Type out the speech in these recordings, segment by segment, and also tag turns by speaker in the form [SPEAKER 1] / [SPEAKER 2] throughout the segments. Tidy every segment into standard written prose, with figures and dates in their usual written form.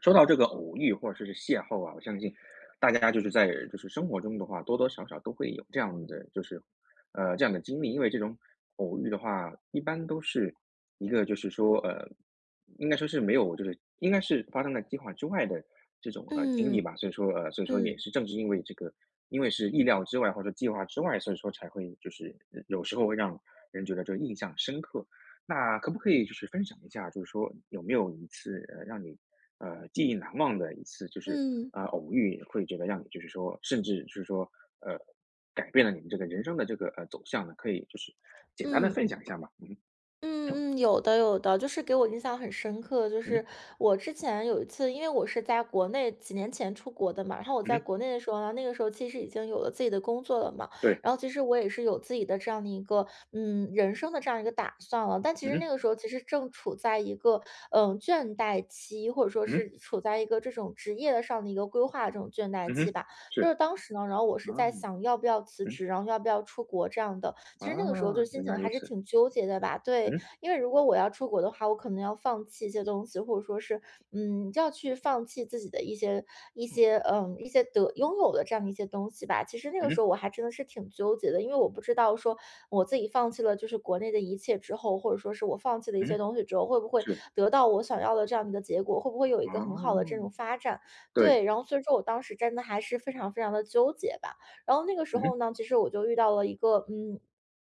[SPEAKER 1] 说到这个偶遇或者是邂逅啊，我相信大家就是在就是生活中的话，多多少少都会有这样的就是这样的经历，因为这种偶遇的话，一般都是一个就是说应该说是没有就是应该是发生在计划之外的这种经历
[SPEAKER 2] 嗯
[SPEAKER 1] 吧，所以说也
[SPEAKER 2] 嗯
[SPEAKER 1] 是正是因为这个，因为是意料之外或者计划之外，所以说才会就是有时候会让人觉得就个印象深刻。那可不可以就是分享一下，就是说有没有一次让你记忆难忘的一次，就是
[SPEAKER 2] 嗯
[SPEAKER 1] 啊、偶遇会觉得让你就是说，甚至就是说，呃，改变了你们这个人生的这个走向呢？可以就是简单的
[SPEAKER 2] 嗯，
[SPEAKER 1] 分享一下嘛？嗯哼
[SPEAKER 2] 嗯，有的有的，就是给我印象很深刻，就
[SPEAKER 1] 嗯
[SPEAKER 2] 是
[SPEAKER 1] 哼
[SPEAKER 2] 我之前有一次，因为我是在国内几年前出国的嘛，然后我
[SPEAKER 1] 嗯
[SPEAKER 2] 在
[SPEAKER 1] 哼，
[SPEAKER 2] 国内的时候呢，那个时候其实已经有了自己的工作了嘛，
[SPEAKER 1] 对，
[SPEAKER 2] 然后其实我也是有自己的这样的一个人生的这样一个打算了，但其
[SPEAKER 1] 嗯
[SPEAKER 2] 实那
[SPEAKER 1] 哼
[SPEAKER 2] 个时候其实正处在一个倦怠期，或者说
[SPEAKER 1] 嗯哼
[SPEAKER 2] 是处在一个这种职业的上的一个规划这种倦怠
[SPEAKER 1] 嗯
[SPEAKER 2] 期
[SPEAKER 1] 哼，
[SPEAKER 2] 吧，
[SPEAKER 1] 是
[SPEAKER 2] 就是当时呢，然后我是
[SPEAKER 1] 啊，
[SPEAKER 2] 在想要不要辞
[SPEAKER 1] 嗯
[SPEAKER 2] 职，然后要不要出国这样的，
[SPEAKER 1] 啊，
[SPEAKER 2] 其实那个时候就心
[SPEAKER 1] 原
[SPEAKER 2] 情
[SPEAKER 1] 来如
[SPEAKER 2] 还是
[SPEAKER 1] 此，
[SPEAKER 2] 挺纠结的吧，
[SPEAKER 1] 嗯
[SPEAKER 2] 对，
[SPEAKER 1] 哼
[SPEAKER 2] 因为如果我要出国的话，我可能要放弃一些东西，或者说是，要去放弃自己的一些一些得拥有的这样的一些东西吧。其实那
[SPEAKER 1] 嗯
[SPEAKER 2] 个时候
[SPEAKER 1] 哼
[SPEAKER 2] 我还真的是挺纠结的，因为我不知道说我自己放弃了就是国内的一切之后，或者说是我放弃了一
[SPEAKER 1] 嗯
[SPEAKER 2] 些
[SPEAKER 1] 哼，
[SPEAKER 2] 东西之后，会不会
[SPEAKER 1] 是
[SPEAKER 2] 得到我想要的这样的一个结果，会不会有一个很好的这
[SPEAKER 1] 啊，
[SPEAKER 2] 种发展？
[SPEAKER 1] 对，
[SPEAKER 2] 对，然后所以说我当时真的还是非常非常的纠结吧。然后那个时
[SPEAKER 1] 嗯哼
[SPEAKER 2] 候呢，其实我就遇到了一个，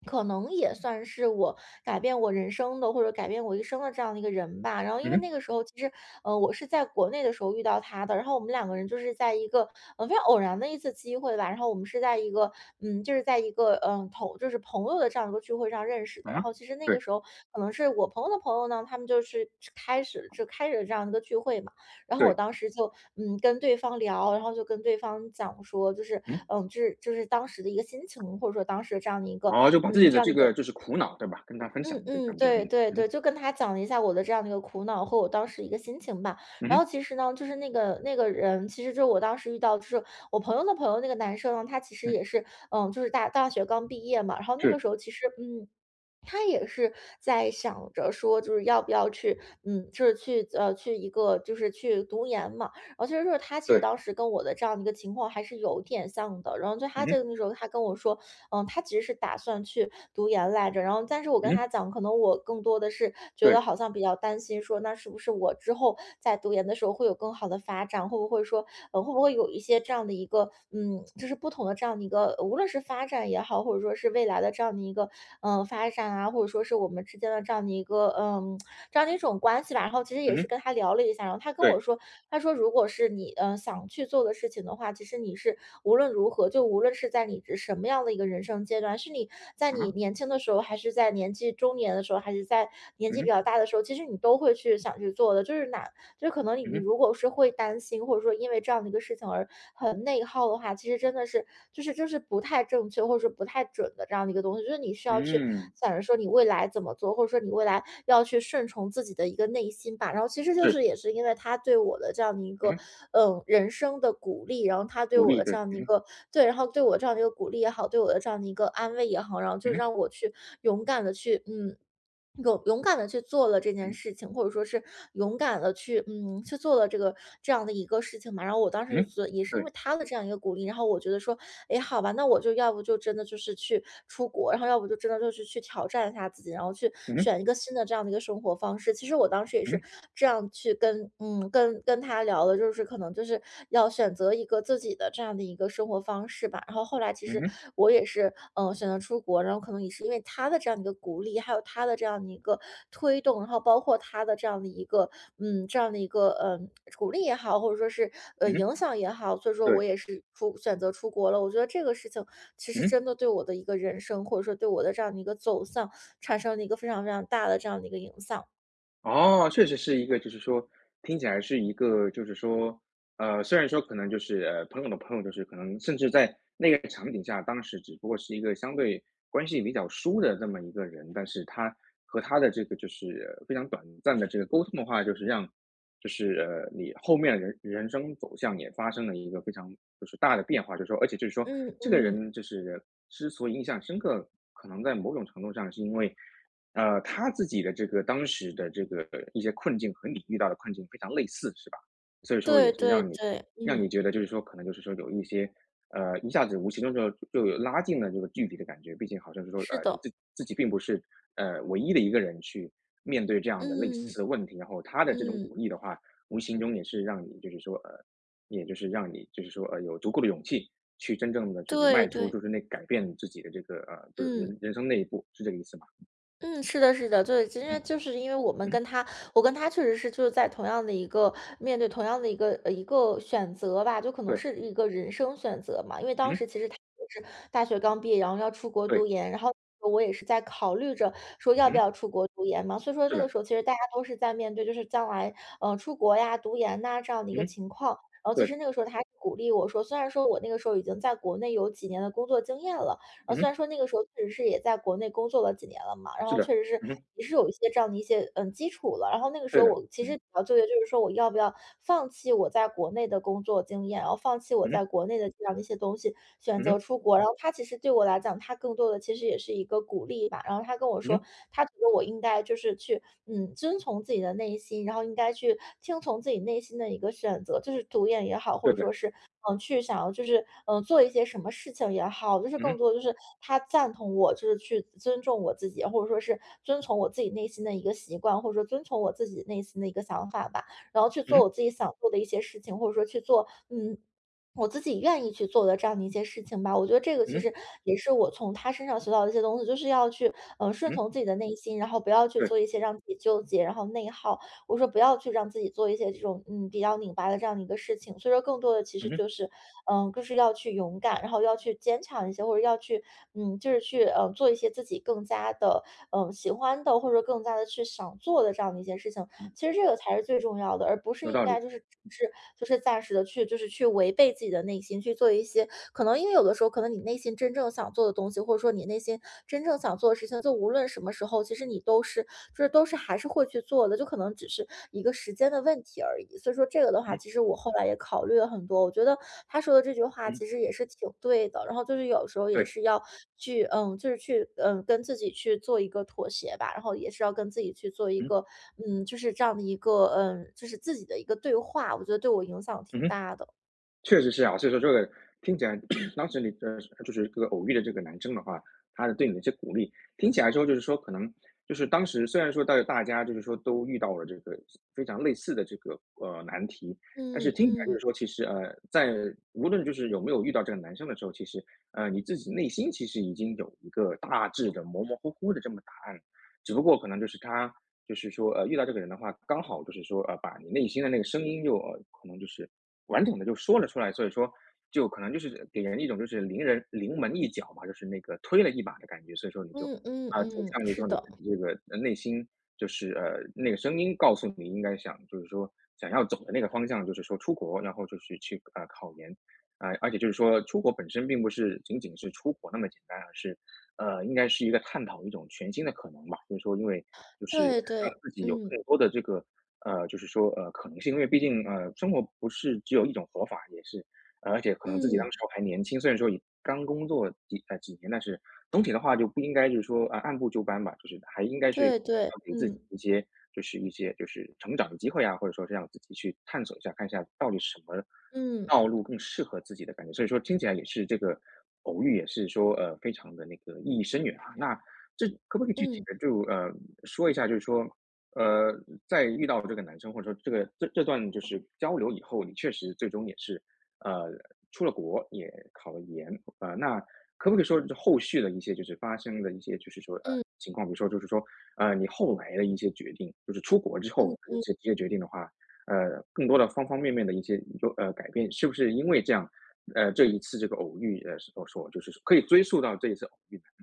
[SPEAKER 2] 可能也算是我改变我人生的，或者改变我一生的这样的一个人吧。然后因
[SPEAKER 1] 嗯
[SPEAKER 2] 为
[SPEAKER 1] 哼
[SPEAKER 2] 那个时候其实，我是在国内的时候遇到他的，然后我们两个人就是在一个，非常偶然的一次机会吧。然后我们是在一个，嗯，就是在一个，嗯，同就是朋友的这样一个聚会上认识的。然
[SPEAKER 1] 啊，
[SPEAKER 2] 后其实那个
[SPEAKER 1] 对
[SPEAKER 2] 时候可能是我朋友的朋友呢，他们开始了这样一个聚会嘛。然后我
[SPEAKER 1] 对，
[SPEAKER 2] 当时就，跟对方聊，然后就跟对方讲说，就是，
[SPEAKER 1] 嗯，
[SPEAKER 2] 嗯，就是就是当时的一个心情，或者说当时这样的一个，
[SPEAKER 1] 哦，就把自
[SPEAKER 2] 嗯，
[SPEAKER 1] 己
[SPEAKER 2] 这
[SPEAKER 1] 的
[SPEAKER 2] 样的
[SPEAKER 1] 这
[SPEAKER 2] 一
[SPEAKER 1] 个
[SPEAKER 2] 个
[SPEAKER 1] 就是苦恼，对吧？跟他分享的
[SPEAKER 2] 嗯，
[SPEAKER 1] 感觉，
[SPEAKER 2] 对
[SPEAKER 1] 嗯
[SPEAKER 2] 对
[SPEAKER 1] 嗯
[SPEAKER 2] 对，
[SPEAKER 1] 哼
[SPEAKER 2] 就跟他讲了一下我的这样的一个苦恼和我当时一个心情吧。
[SPEAKER 1] 嗯
[SPEAKER 2] 然后
[SPEAKER 1] 哼
[SPEAKER 2] 其实呢，就是那个人，其实就是我当时遇到，就是我朋友的朋友那个男生呢，他其实
[SPEAKER 1] 嗯，
[SPEAKER 2] 也是，就是大学刚毕业嘛，然后那个
[SPEAKER 1] 是
[SPEAKER 2] 时候其实，他也是在想着说，就是要不要去，去一个就是去读研嘛。然后其实就是他其实
[SPEAKER 1] 对，
[SPEAKER 2] 当时跟我的这样的一个情况还是有点像的。然后就
[SPEAKER 1] 嗯
[SPEAKER 2] 他这个
[SPEAKER 1] 哼
[SPEAKER 2] 那时候他跟我说，他其实是打算去读研来着。然后，但是我跟他
[SPEAKER 1] 嗯
[SPEAKER 2] 讲，可能我更多的是觉得
[SPEAKER 1] 对，
[SPEAKER 2] 好像比较担心说，那是不是我之后在读研的时候会有更好的发展？会不会说，会不会有一些这样的一个，就是不同的这样的一个，无论是发展也好，或者说是未来的这样的一个，发展啊，或者说是我们之间的这样的一个，这样的一种关系吧。然后其实也
[SPEAKER 1] 嗯
[SPEAKER 2] 是
[SPEAKER 1] 哼，
[SPEAKER 2] 跟他聊了一下，然后他跟我
[SPEAKER 1] 对，
[SPEAKER 2] 说，他说如果是你，想去做的事情的话，其实你是无论如何，就无论是在你是什么样的一个人生阶段，是你在
[SPEAKER 1] 嗯
[SPEAKER 2] 你
[SPEAKER 1] 哼，
[SPEAKER 2] 年轻的时候，还是在年纪中年的时候，还是在年
[SPEAKER 1] 嗯
[SPEAKER 2] 纪比
[SPEAKER 1] 哼，
[SPEAKER 2] 较大的时候，其实你都会去想去做的，就是可能你
[SPEAKER 1] 嗯
[SPEAKER 2] 你
[SPEAKER 1] 哼，
[SPEAKER 2] 如果是会担心，或者说因为这样的一个事情而很内耗的话，其实真的是就是不太正确，或者说不太准的这样的一个东西。就是你需要去
[SPEAKER 1] 嗯，
[SPEAKER 2] 想着说你未来怎么做，或者说你未来要去顺从自己的一个内心吧。然后其实就是
[SPEAKER 1] 是，
[SPEAKER 2] 也是因为他对我的这样的一
[SPEAKER 1] 嗯
[SPEAKER 2] 个
[SPEAKER 1] 哼，
[SPEAKER 2] 人生的鼓励，然后他对
[SPEAKER 1] 鼓
[SPEAKER 2] 我
[SPEAKER 1] 励，
[SPEAKER 2] 的这
[SPEAKER 1] 对，
[SPEAKER 2] 样的
[SPEAKER 1] 嗯
[SPEAKER 2] 一
[SPEAKER 1] 哼，
[SPEAKER 2] 个对，然后对我这样的一个鼓励也好，对我的这样的一个安慰也好，然后就
[SPEAKER 1] 嗯
[SPEAKER 2] 是
[SPEAKER 1] 哼，
[SPEAKER 2] 让我去勇敢的去嗯勇敢的去做了这
[SPEAKER 1] 嗯
[SPEAKER 2] 件
[SPEAKER 1] 哼，
[SPEAKER 2] 事情，或者说是勇敢的去嗯，去做了这样的一个事情嘛。然后我当
[SPEAKER 1] 嗯
[SPEAKER 2] 时就
[SPEAKER 1] 哼，
[SPEAKER 2] 觉得也是因
[SPEAKER 1] 对，
[SPEAKER 2] 为他的这样一个鼓励，然后我觉得说，哎，好吧，那我就要不就真的就是去出国，然后要不就真的就是去挑战一下自己，然后去
[SPEAKER 1] 嗯哼，
[SPEAKER 2] 选一个新的这样的一个生活方式。其实我当时也
[SPEAKER 1] 嗯
[SPEAKER 2] 是
[SPEAKER 1] 哼，
[SPEAKER 2] 这样去跟跟他聊的，就是可能就是要选择一个自己的这样的的一个生活方式吧。然后后来其
[SPEAKER 1] 嗯
[SPEAKER 2] 实
[SPEAKER 1] 哼，
[SPEAKER 2] 我也是，选择出国，然后可能也是因为他的这样的一个鼓励，还有他的这样的一个推动，然后包括他的这样的一个，嗯，这样的一个，嗯，鼓励也好，或者说是
[SPEAKER 1] 嗯哼，
[SPEAKER 2] 影响也好，所以说我
[SPEAKER 1] 对，
[SPEAKER 2] 也是选择出国了。我觉得这个事情其
[SPEAKER 1] 嗯
[SPEAKER 2] 实
[SPEAKER 1] 哼。
[SPEAKER 2] 真的对我的一个人生，或者说对我的这样的一个走向，产生了一个非常非常大的这样的一个影响。
[SPEAKER 1] 哦，确实是一个就是说，听起来是一个就是说，虽然说可能就是，朋友的朋友，就是可能甚至在那个场景下，当时只不过是一个相对关系比较疏的这么一个人，但是他和他的这个就是非常短暂的这个沟通的话，就是让就是，你后面的人生走向也发生了一个非常就是大的变化，就是说而且就是说
[SPEAKER 2] 嗯
[SPEAKER 1] 这个
[SPEAKER 2] 嗯，
[SPEAKER 1] 人就是之所以印象深刻，可能在某种程度上是因为他自己的这个当时的这个一些困境和你遇到的困境非常类似，是吧？所以说
[SPEAKER 2] 对
[SPEAKER 1] 也是
[SPEAKER 2] 对
[SPEAKER 1] 让你
[SPEAKER 2] 对，嗯，
[SPEAKER 1] 觉得就是说可能就是说有一些，一下子无形中就有拉近了这个距离的感觉。毕竟好像是说，
[SPEAKER 2] 是
[SPEAKER 1] 你
[SPEAKER 2] 的，
[SPEAKER 1] 自己并不是，唯一的一个人去面对这样的类
[SPEAKER 2] 嗯
[SPEAKER 1] 似的问题，然后他的这种
[SPEAKER 2] 嗯，
[SPEAKER 1] 鼓励的话，无形中也是让你就是说，也就是让你就是说，有足够的勇气去真正的就是
[SPEAKER 2] 对
[SPEAKER 1] 迈出
[SPEAKER 2] 对，
[SPEAKER 1] 就是那改变自己的这个就是
[SPEAKER 2] 嗯。
[SPEAKER 1] 人生那一步，是这个意思吗？
[SPEAKER 2] 嗯，是的，是的，对，因为
[SPEAKER 1] 嗯。嗯，
[SPEAKER 2] 我跟他确实是就是在同样的一个面对同样的一个选择吧，就可能
[SPEAKER 1] 对，
[SPEAKER 2] 是一个人生选择嘛。因为当
[SPEAKER 1] 嗯，
[SPEAKER 2] 时其实他就是大学刚毕业，然后要出国读
[SPEAKER 1] 对，
[SPEAKER 2] 研，然后我也是在考虑着说要不
[SPEAKER 1] 嗯，
[SPEAKER 2] 要出国读研嘛。所以说
[SPEAKER 1] 是
[SPEAKER 2] 那个
[SPEAKER 1] 的，
[SPEAKER 2] 时候其实大家都是在面对就是将来出国呀、读研呐、这样的一个
[SPEAKER 1] 嗯，
[SPEAKER 2] 情况。然后其实
[SPEAKER 1] 对，
[SPEAKER 2] 那个时候他还鼓励我说，虽然说我那个时候已经在国内有几年的工作经验了。然后虽
[SPEAKER 1] 嗯，
[SPEAKER 2] 然说那个时候确实是也在国内工作了几年了嘛，然
[SPEAKER 1] 是
[SPEAKER 2] 后确
[SPEAKER 1] 的，
[SPEAKER 2] 实是
[SPEAKER 1] 嗯，
[SPEAKER 2] 也是有一些这样的一些，基础了。然后那个时
[SPEAKER 1] 对
[SPEAKER 2] 候
[SPEAKER 1] 的，
[SPEAKER 2] 我其实
[SPEAKER 1] 嗯，
[SPEAKER 2] 比较纠结，就是说我要不要放弃我在国内的工作经验，然后放弃我
[SPEAKER 1] 嗯，
[SPEAKER 2] 在国内的这样的一些东西，选择
[SPEAKER 1] 嗯，
[SPEAKER 2] 出国。然后他其实对我来讲，他更多的其实也是一个鼓励吧。然后他跟我说，
[SPEAKER 1] 嗯，
[SPEAKER 2] 他觉得我应该就是去，遵从自己的内心，然后应该去听从自己内心的一个选择，就是读研也好，或
[SPEAKER 1] 对
[SPEAKER 2] 者说
[SPEAKER 1] 的，
[SPEAKER 2] 是去想要就是，做一些什么事情也好，就是更
[SPEAKER 1] 嗯，
[SPEAKER 2] 多就是他赞同我，就是去尊重我自己，或者说是遵从我自己内心的一个习惯，或者说遵从我自己内心的一个想法吧，然后去做
[SPEAKER 1] 嗯，
[SPEAKER 2] 我自己想做的一些事情，或者说去做，我自己愿意去做的这样的一些事情吧。我觉得这个其
[SPEAKER 1] 嗯，
[SPEAKER 2] 实也是我从他身上学到的一些东西，就是要去，顺
[SPEAKER 1] 嗯，
[SPEAKER 2] 从自己的内心，然后不要去
[SPEAKER 1] 对，
[SPEAKER 2] 做一些让自己纠结，然后内耗，我说不要去让自己做一些这种比较拧巴的这样的一个事情。所以说，更多的其实
[SPEAKER 1] 嗯，
[SPEAKER 2] 就是就是要去勇敢，然后要去坚强一些，或者要去就是去做一些自己更加的喜欢的，或者说更加的去想做的这样的一些事情。
[SPEAKER 1] 嗯，
[SPEAKER 2] 其实这个才是最重要的，而不是
[SPEAKER 1] 有
[SPEAKER 2] 应
[SPEAKER 1] 道理，
[SPEAKER 2] 该就是只是就是暂时的去就是去违背自己的内心，去做一些可能因为有的时候可能你内心真正想做的东西，或者说你内心真正想做的事情，就无论什么时候，其实你都是就是都是还是会去做的，就可能只是一个时间的问题而已。所以说这个的话，
[SPEAKER 1] 嗯，
[SPEAKER 2] 其实我后来也考虑了很多，我觉得他说的这句话
[SPEAKER 1] 嗯，
[SPEAKER 2] 其实也是挺对的。然后就是有时候也
[SPEAKER 1] 对，
[SPEAKER 2] 是要去，就是去，跟自己去做一个妥协吧，然后也是要跟自己去做一
[SPEAKER 1] 嗯，
[SPEAKER 2] 个，就是这样的一个，就是自己的一个对话，我觉得对我影响挺
[SPEAKER 1] 嗯。
[SPEAKER 2] 大的。
[SPEAKER 1] 确实是啊，所以说这个听起来 当时你的就是这个偶遇的这个男生的话，他的对你的一些鼓励，听起来之后就是说可能就是当时虽然说大家就是说都遇到了这个非常类似的这个难题，但
[SPEAKER 2] 嗯
[SPEAKER 1] 是听起来就是
[SPEAKER 2] 嗯
[SPEAKER 1] 说其实在无论就是有没有遇到这个男生的时候，其实你自己内心其实已经有一个大致的模模糊糊的这么答案，只不过可能就是他。就是说，遇到这个人的话，刚好就是说，把你内心的那个声音又可能就是完整的就说了出来，所以说就可能就是给人一种就是临门一脚嘛，就是那个推了一把的感觉，所以说你就，
[SPEAKER 2] 嗯嗯
[SPEAKER 1] 啊，走
[SPEAKER 2] 嗯，
[SPEAKER 1] 向就是
[SPEAKER 2] 是
[SPEAKER 1] 说你
[SPEAKER 2] 的，
[SPEAKER 1] 自己这个，内心就是，那个声音告诉你应该想就是说想要走的那个方向，就是说出国，然后就是去，考研。啊，而且就是说出国本身并不是仅仅是出国那么简单，而是，应该是一个探讨一种全新的可能吧，就是说因为就是
[SPEAKER 2] 对对，
[SPEAKER 1] 让自己有
[SPEAKER 2] 嗯
[SPEAKER 1] 更多的这个就是说，可能性，因为毕竟，生活不是只有一种活法，也是而且可能自己
[SPEAKER 2] 嗯，
[SPEAKER 1] 当时候还年轻，虽然说也刚工作几年，但是总体的话就不应该就是说，啊，按部就班吧，就是还应该是要
[SPEAKER 2] 对对，
[SPEAKER 1] 给自己
[SPEAKER 2] 嗯
[SPEAKER 1] 一些就是一些就是成长的机会啊，或者说是让自己去探索一下，看一下到底什么
[SPEAKER 2] 嗯
[SPEAKER 1] 道路更适合自己的感觉。所以说听起来也是这个偶遇也是说，非常的那个意义深远啊。那这可不可以具体
[SPEAKER 2] 嗯
[SPEAKER 1] 的就，说一下，就是说呃，在遇到这个男生或者说这个这段就是交流以后，你确实最终也是，呃，出了国，也考了研，那可不可以说就是后续的一些就是发生的一些就是说，
[SPEAKER 2] 嗯
[SPEAKER 1] 情况，比如说就是说，你后来的一些决定，就是出国之
[SPEAKER 2] 嗯
[SPEAKER 1] 后
[SPEAKER 2] 嗯
[SPEAKER 1] 一些决定的话，更多的方方面面的一些有改变，是不是因为这样，这一次这个偶遇，所就是可以追溯到这一次偶遇呢？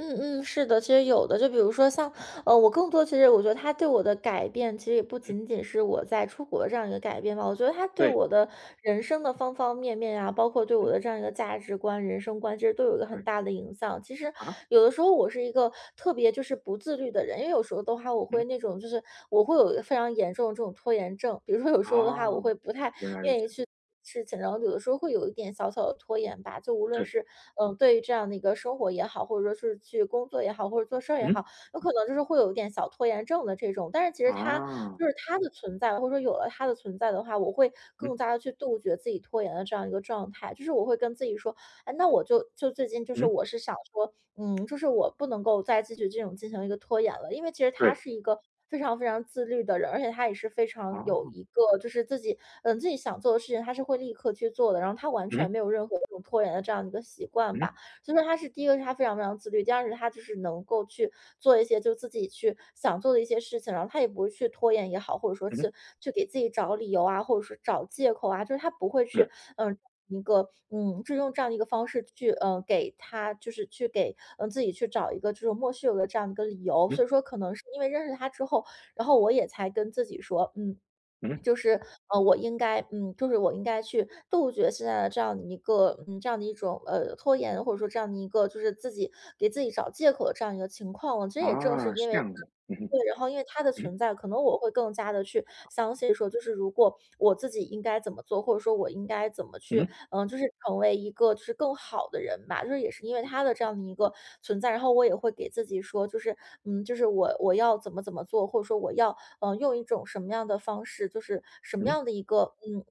[SPEAKER 2] 嗯嗯，是的，其实有的，就比如说像我更多其实我觉得他对我的改变，其实也不
[SPEAKER 1] 嗯，
[SPEAKER 2] 仅仅是我在出国的这样一个改变吧，我觉得他对
[SPEAKER 1] 对，
[SPEAKER 2] 我的人生的方方面面啊，包括对我
[SPEAKER 1] 嗯，
[SPEAKER 2] 的这样一个价值观、人生观，其实都有一个很
[SPEAKER 1] 对，
[SPEAKER 2] 大的影响。其实
[SPEAKER 1] 啊，
[SPEAKER 2] 有的时候我是一个特别就是不自律的人，因为有时候的话，我会
[SPEAKER 1] 嗯，
[SPEAKER 2] 那种就是我会有一个非常严重的这种拖延症，比如说有时候的话，我
[SPEAKER 1] 哦，
[SPEAKER 2] 会不太
[SPEAKER 1] 原来如
[SPEAKER 2] 愿
[SPEAKER 1] 此。
[SPEAKER 2] 意去。事情，然后有的时候会有一点小小的拖延吧，就无论
[SPEAKER 1] 是，
[SPEAKER 2] 是对于这样的一个生活也好，或者说是去工作也好，或者做事儿也
[SPEAKER 1] 嗯，
[SPEAKER 2] 好，有可能就是会有一点小拖延症的这种。但是其实
[SPEAKER 1] 啊，
[SPEAKER 2] 他就是他的存在，或者说有了他的存在的话，我会更
[SPEAKER 1] 嗯，
[SPEAKER 2] 加的去杜绝自己拖延的这样一个状态。就是我会跟自己说，哎，那我就最近就是
[SPEAKER 1] 嗯，
[SPEAKER 2] 我是想说，就是我不能够再继续这种进行一个拖延了，因为其实他
[SPEAKER 1] 对，
[SPEAKER 2] 是一个非常非常自律的人，而且他也是非
[SPEAKER 1] 啊，
[SPEAKER 2] 常有一个就是自己自己想做的事情，他是会立刻去做的，然后他完
[SPEAKER 1] 嗯
[SPEAKER 2] 全没有任何这种拖延的这样一个习惯吧。
[SPEAKER 1] 嗯
[SPEAKER 2] 所以说他是第一个是他非常非常自律，第二是他就是能够去做一些就自己去想做的一些事情，然后他也不会去拖延也好，或者说去
[SPEAKER 1] 嗯
[SPEAKER 2] 去给自己找理由啊，或者说找借口啊，就是他不会
[SPEAKER 1] 对，
[SPEAKER 2] 去嗯。一个就用这样的一个方式去，给他就是去给，自己去找一个这种莫须有的这样一个理由，所以
[SPEAKER 1] 嗯，
[SPEAKER 2] 说可能是因为认识他之后，然后我也才跟自己说，
[SPEAKER 1] 嗯
[SPEAKER 2] 就是，我应该就是我应该去杜绝现在的这样的一个这样的一种，拖延，或者说这样的一个就是自己给自己找借口的这样一个情况了。其实也正是
[SPEAKER 1] 啊，是
[SPEAKER 2] 因为
[SPEAKER 1] 这样子，嗯哼，
[SPEAKER 2] 对，然后因为他的
[SPEAKER 1] 嗯
[SPEAKER 2] 存在，可能我会更加的去相信说，就是如果我自己应该怎么做，或者说我应该怎么去，就是成为一个就是更好的人吧。就是也是因为他的这样的一个存在，然后我也会给自己说，就是，就是我要怎么怎么做，或者说我要用一种什么样的方式，就是什么
[SPEAKER 1] 嗯
[SPEAKER 2] 样的一个嗯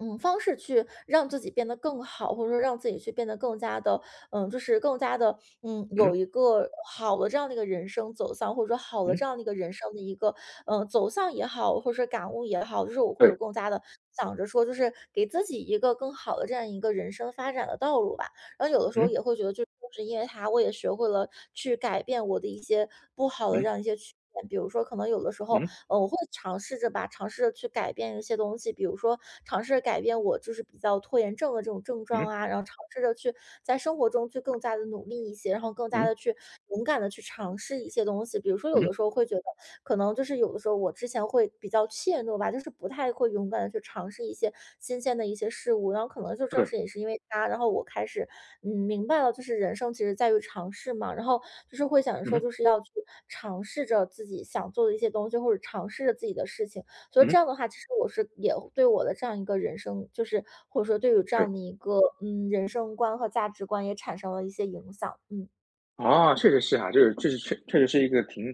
[SPEAKER 2] 嗯方式去让自己变得更好，或者说让自己去变得更加的就是更加的
[SPEAKER 1] 嗯
[SPEAKER 2] 有一个好的这样的一个人生走向，或者说好的
[SPEAKER 1] 嗯
[SPEAKER 2] 这
[SPEAKER 1] 嗯，
[SPEAKER 2] 样的一个人生的一个走向也好，或者说感悟也好，就是我会有
[SPEAKER 1] 对，
[SPEAKER 2] 更加的想着说，就是给自己一个更好的这样一个人生发展的道路吧。然后有的时候
[SPEAKER 1] 嗯
[SPEAKER 2] 也会觉得，就是因为他，我也学会了去改变我的一些不好的这样一
[SPEAKER 1] 嗯
[SPEAKER 2] 些缺点。比如说，可能有的时候
[SPEAKER 1] 嗯
[SPEAKER 2] 我会尝试着吧，尝试着去改变一些东西，比如说尝试着改变我就是比较拖延症的这种症状
[SPEAKER 1] 嗯
[SPEAKER 2] 啊，然后尝试着去在生活中去更加的努力一些，然后更加
[SPEAKER 1] 嗯
[SPEAKER 2] 的去勇敢的去尝试一些东西。比如说有
[SPEAKER 1] 嗯
[SPEAKER 2] 的时候会觉得，可能就是有的时候我之前会比较怯懦吧，就是不太会勇敢的去尝试一些新鲜的一些事物，然后可能就正
[SPEAKER 1] 对，
[SPEAKER 2] 是也是因为他，然后我开始，明白了，就是人生其实在于尝试嘛，然后就是会想着说，
[SPEAKER 1] 嗯
[SPEAKER 2] 就是要去尝试着自己想做的一些东西，或者尝试着自己的事情，所以
[SPEAKER 1] 嗯
[SPEAKER 2] 这
[SPEAKER 1] 嗯
[SPEAKER 2] 样的话，其实我是也对我的这样一个人生，就是或者说对于这
[SPEAKER 1] 对。
[SPEAKER 2] 样的一个，人生观和价值观也产生了一些影响，嗯。
[SPEAKER 1] 哦，确实是哈，就是确实是一个挺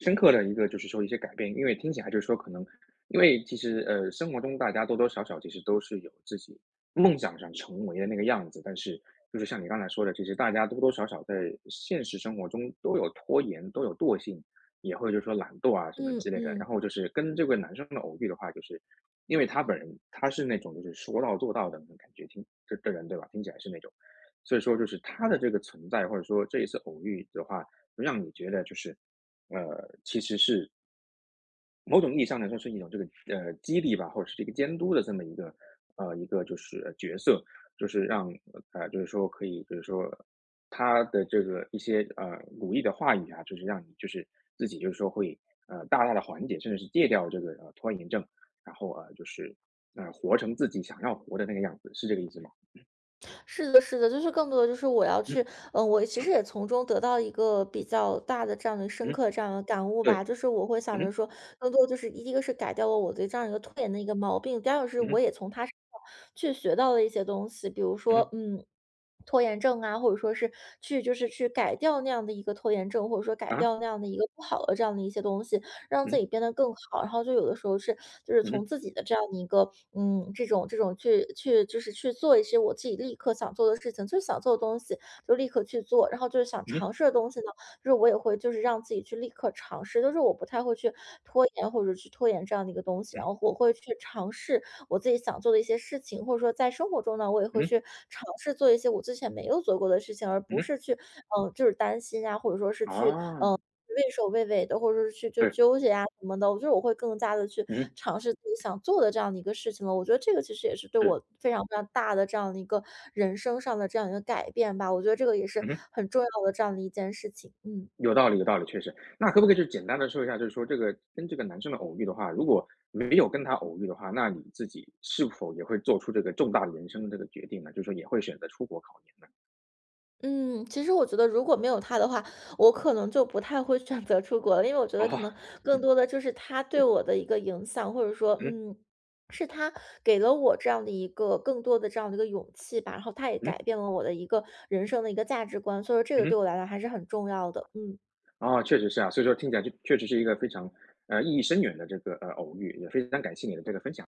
[SPEAKER 1] 深刻的一个，就是说一些改变。因为听起来就是说可能因为其实，生活中大家多多少少其实都是有自己梦想想成为的那个样子，但是就是像你刚才说的，其实大家多多少少在现实生活中都有拖延，都有惰性，也会就是说懒惰啊什么
[SPEAKER 2] 嗯
[SPEAKER 1] 之类的。然
[SPEAKER 2] 嗯。
[SPEAKER 1] 后就是跟这个男生的偶遇的话，就是因为他本人他是那种就是说到做到的那种感觉，听这人对吧？听起来是那种。所以说就是他的这个存在，或者说这一次偶遇的话，让你觉得就是，其实是某种意义上来说是一种这个激励吧，或者是这个监督的这么一个一个就是角色，就是让就是说可以就是说他的这个一些鼓励的话语啊，就是让你就是自己就是说会大大的缓解，甚至是戒掉这个拖延症，然后就是活成自己想要活的那个样子，是这个意思吗？
[SPEAKER 2] 是的，是的，就是更多的就是我要
[SPEAKER 1] 嗯
[SPEAKER 2] 去，我其实也从中得到一个比较大的这样的深
[SPEAKER 1] 嗯，
[SPEAKER 2] 刻这样的感悟
[SPEAKER 1] 对，
[SPEAKER 2] 吧，就是我会想着
[SPEAKER 1] 嗯
[SPEAKER 2] 说，更多就是第一个是改掉了我对这样一个拖延的一个毛病，第二个是我
[SPEAKER 1] 嗯
[SPEAKER 2] 也从他身上去学到了一些东西，比如说，
[SPEAKER 1] 嗯。
[SPEAKER 2] 嗯。拖延症啊，或者说是去就是去改掉那样的一个拖延症，或者说改
[SPEAKER 1] 啊？
[SPEAKER 2] 掉那样的一个不好的这样的一些东西，让自己
[SPEAKER 1] 嗯
[SPEAKER 2] 变得更好。然后就有的时候是就是从
[SPEAKER 1] 嗯
[SPEAKER 2] 自己的这样的一个这种去就是去做一些我自己立刻想做的事情，就是想做的东西就立刻去做，然后就是想
[SPEAKER 1] 嗯
[SPEAKER 2] 尝试的东西呢，就是我也会就是让自己去立刻尝试，就是我不太会去拖延或者去拖延这样的一个东西，然
[SPEAKER 1] 嗯
[SPEAKER 2] 后我会去尝试我自己想做的一些事情，或者说在生活中呢，我也会
[SPEAKER 1] 嗯
[SPEAKER 2] 去尝试做一些我之前没有做过的事情，而不
[SPEAKER 1] 嗯，
[SPEAKER 2] 是去就是担心啊，或者说是去
[SPEAKER 1] 哦，
[SPEAKER 2] 畏首畏尾的，或者是去就
[SPEAKER 1] 对，
[SPEAKER 2] 纠结啊什么的，我觉得我会更加的去
[SPEAKER 1] 嗯，
[SPEAKER 2] 尝试自己想做的这样的一个事情了。我觉得这个其实也是对
[SPEAKER 1] 是，
[SPEAKER 2] 我非常非常大的这样的一个人生上的这样一个改变吧，我觉得这个也是
[SPEAKER 1] 嗯哼
[SPEAKER 2] 很重要的这样的一件事情，嗯。
[SPEAKER 1] 有道理有道理，确实。那可不可以就简单的说一下，就是说这个跟这个男生的偶遇的话，如果没有跟他偶遇的话，那你自己是否也会做出这个重大的人生的这个决定呢？就是说也会选择出国考研呢？
[SPEAKER 2] 嗯，其实我觉得如果没有他的话，我可能就不太会选择出国了，因为我觉得可
[SPEAKER 1] 哦，
[SPEAKER 2] 能更
[SPEAKER 1] 嗯，
[SPEAKER 2] 多的就是他对
[SPEAKER 1] 对，
[SPEAKER 2] 我的一个影响，或者说，
[SPEAKER 1] 嗯
[SPEAKER 2] 是他给了我这样的一个更多的这样的一个勇气吧，然后他也改
[SPEAKER 1] 嗯
[SPEAKER 2] 变了我的一个人生的一个价值观，所以说这个对
[SPEAKER 1] 嗯，
[SPEAKER 2] 我来讲还是很重要的，嗯。
[SPEAKER 1] 哦，确实是啊，所以说听起来就确实是一个非常，意义深远的这个，偶遇，也非常感谢你的这个分享。